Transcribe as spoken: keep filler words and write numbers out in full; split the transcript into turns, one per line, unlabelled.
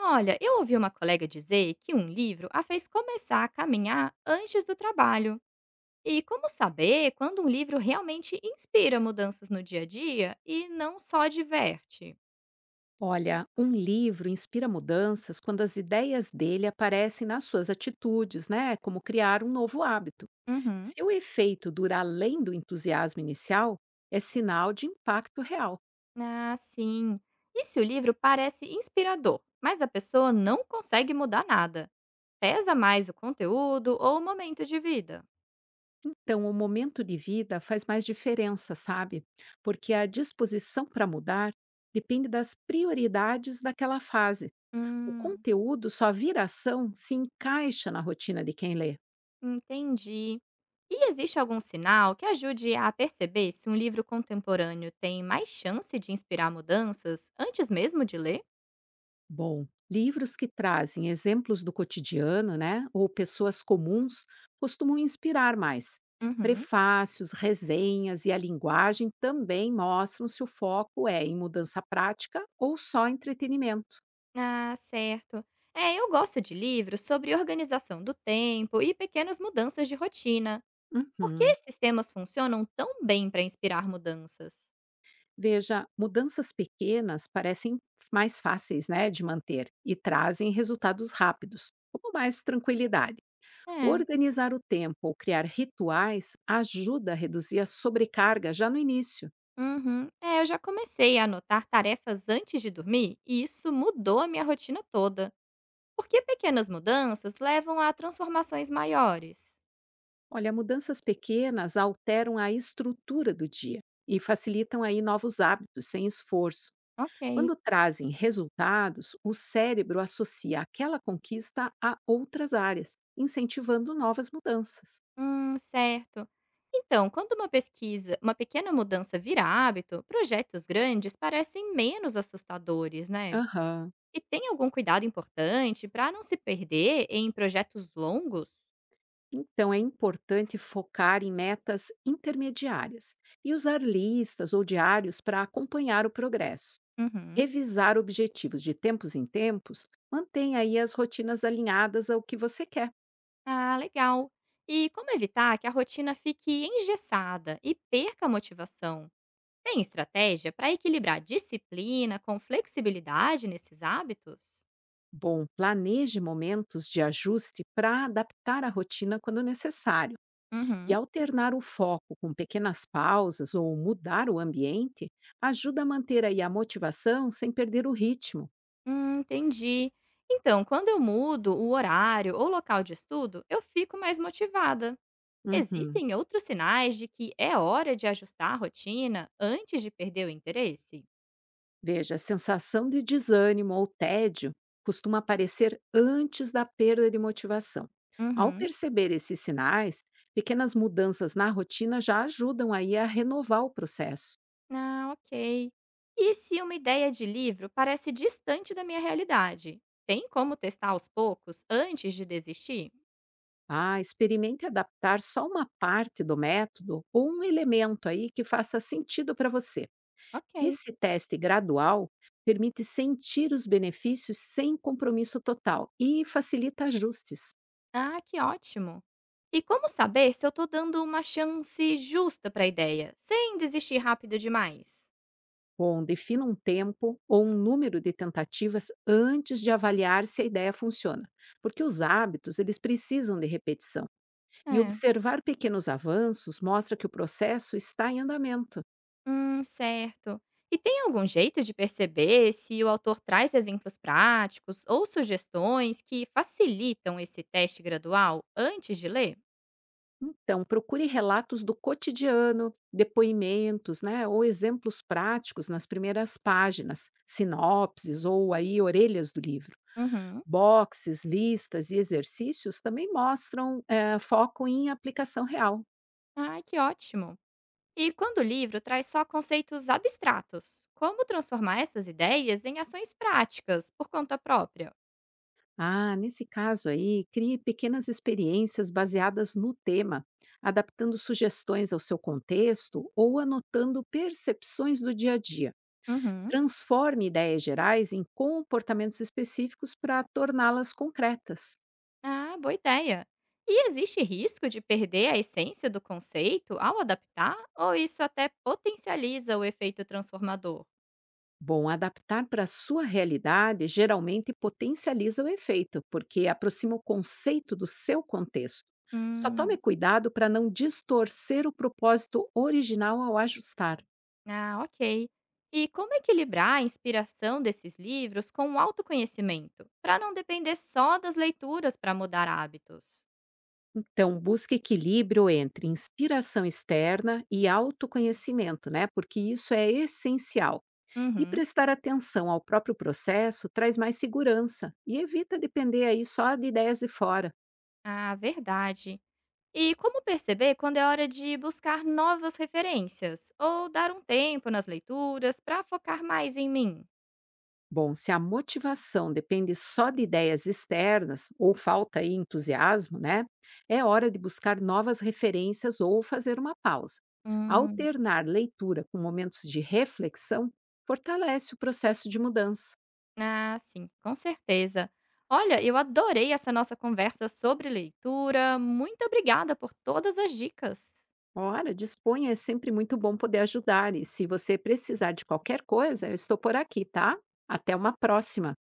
Olha, eu ouvi uma colega dizer que um livro a fez começar a caminhar antes do trabalho. E como saber quando um livro realmente inspira mudanças no dia a dia e não só diverte?
Olha, um livro inspira mudanças quando as ideias dele aparecem nas suas atitudes, né? Como criar um novo hábito.
Uhum.
Se o efeito dura além do entusiasmo inicial, é sinal de impacto real.
Ah, sim. E se o livro parece inspirador, mas a pessoa não consegue mudar nada? Pesa mais o conteúdo ou o momento de vida?
Então, o momento de vida faz mais diferença, sabe? Porque a disposição para mudar depende das prioridades daquela fase. O
Hum.
conteúdo só vira ação se encaixa na rotina de quem lê.
Entendi. E existe algum sinal que ajude a perceber se um livro contemporâneo tem mais chance de inspirar mudanças antes mesmo de ler?
Bom, livros que trazem exemplos do cotidiano, né, ou pessoas comuns, costumam inspirar mais.
Uhum.
Prefácios, resenhas e a linguagem também mostram se o foco é em mudança prática ou só entretenimento.
Ah, certo. É, eu gosto de livros sobre organização do tempo e pequenas mudanças de rotina. Por que
Uhum.
esses temas funcionam tão bem para inspirar mudanças?
Veja, mudanças pequenas parecem mais fáceis, né, de manter e trazem resultados rápidos, como mais tranquilidade.
É,
Organizar o tempo ou criar rituais ajuda a reduzir a sobrecarga já no início.
uhum. É, eu já comecei a anotar tarefas antes de dormir e isso mudou a minha rotina toda. Por que pequenas mudanças levam a transformações maiores?
Olha, mudanças pequenas alteram a estrutura do dia e facilitam aí novos hábitos sem esforço.
Ok.
Quando trazem resultados, o cérebro associa aquela conquista a outras áreas, incentivando novas mudanças.
Hum, certo. Então, quando uma pesquisa, uma pequena mudança vira hábito, projetos grandes parecem menos assustadores, né?
Aham.
E tem algum cuidado importante para não se perder em projetos longos?
Então é importante focar em metas intermediárias e usar listas ou diários para acompanhar o progresso.
Uhum.
Revisar objetivos de tempos em tempos mantém aí as rotinas alinhadas ao que você quer.
Ah, legal. E como evitar que a rotina fique engessada e perca a motivação? Tem estratégia para equilibrar disciplina com flexibilidade nesses hábitos?
Bom, planeje momentos de ajuste para adaptar a rotina quando necessário. E
Uhum.
alternar o foco com pequenas pausas ou mudar o ambiente ajuda a manter aí a motivação sem perder o ritmo.
Hum, entendi. Então, quando eu mudo o horário ou local de estudo, eu fico mais motivada.
Uhum.
Existem outros sinais de que é hora de ajustar a rotina antes de perder o interesse?
Veja, a sensação de desânimo ou tédio costuma aparecer antes da perda de motivação. Ao
Uhum.
perceber esses sinais, pequenas mudanças na rotina já ajudam aí a renovar o processo.
Ah, ok. E se uma ideia de livro parece distante da minha realidade? Tem como testar aos poucos antes de desistir?
Ah, experimente adaptar só uma parte do método ou um elemento aí que faça sentido para você.
Ok.
Esse teste gradual permite sentir os benefícios sem compromisso total e facilita ajustes.
Ah, que ótimo! E como saber se eu tô dando uma chance justa para a ideia, sem desistir rápido demais?
Bom, defina um tempo ou um número de tentativas antes de avaliar se a ideia funciona, porque os hábitos eles precisam de repetição e
É,
observar pequenos avanços mostra que o processo está em andamento.
hum, certo. E tem algum jeito de perceber se o autor traz exemplos práticos ou sugestões que facilitam esse teste gradual antes de ler?
Então, procure relatos do cotidiano, depoimentos, né, ou exemplos práticos nas primeiras páginas, sinopses ou aí orelhas do livro.
Uhum.
Boxes, listas e exercícios também mostram eh, foco em aplicação real.
Ah, que ótimo! E quando o livro traz só conceitos abstratos, como transformar essas ideias em ações práticas por conta própria?
Ah, nesse caso aí, crie pequenas experiências baseadas no tema, adaptando sugestões ao seu contexto ou anotando percepções do dia a dia.
Uhum.
Transforme ideias gerais em comportamentos específicos para torná-las concretas.
Ah, boa ideia. E existe risco de perder a essência do conceito ao adaptar? Ou isso até potencializa o efeito transformador?
Bom, adaptar para a sua realidade geralmente potencializa o efeito, porque aproxima o conceito do seu contexto. Só tome
Hum,
cuidado para não distorcer o propósito original ao ajustar.
ah, ok. E como equilibrar a inspiração desses livros com o autoconhecimento, para não depender só das leituras para mudar hábitos?
Então, busque equilíbrio entre inspiração externa e autoconhecimento, né? Porque isso é essencial. E
Uhum.
prestar atenção ao próprio processo traz mais segurança e evita depender aí só de ideias de fora.
Ah, verdade. E como perceber quando é hora de buscar novas referências ou dar um tempo nas leituras para focar mais em mim?
Bom, se a motivação depende só de ideias externas ou falta aí entusiasmo, né? É hora de buscar novas referências ou fazer uma pausa.
Hum.
Alternar leitura com momentos de reflexão fortalece o processo de mudança.
Ah, sim, com certeza. Olha, eu adorei essa nossa conversa sobre leitura. Muito obrigada por todas as dicas.
Ora, disponha, é sempre muito bom poder ajudar e se você precisar de qualquer coisa, eu estou por aqui, tá? Até uma próxima.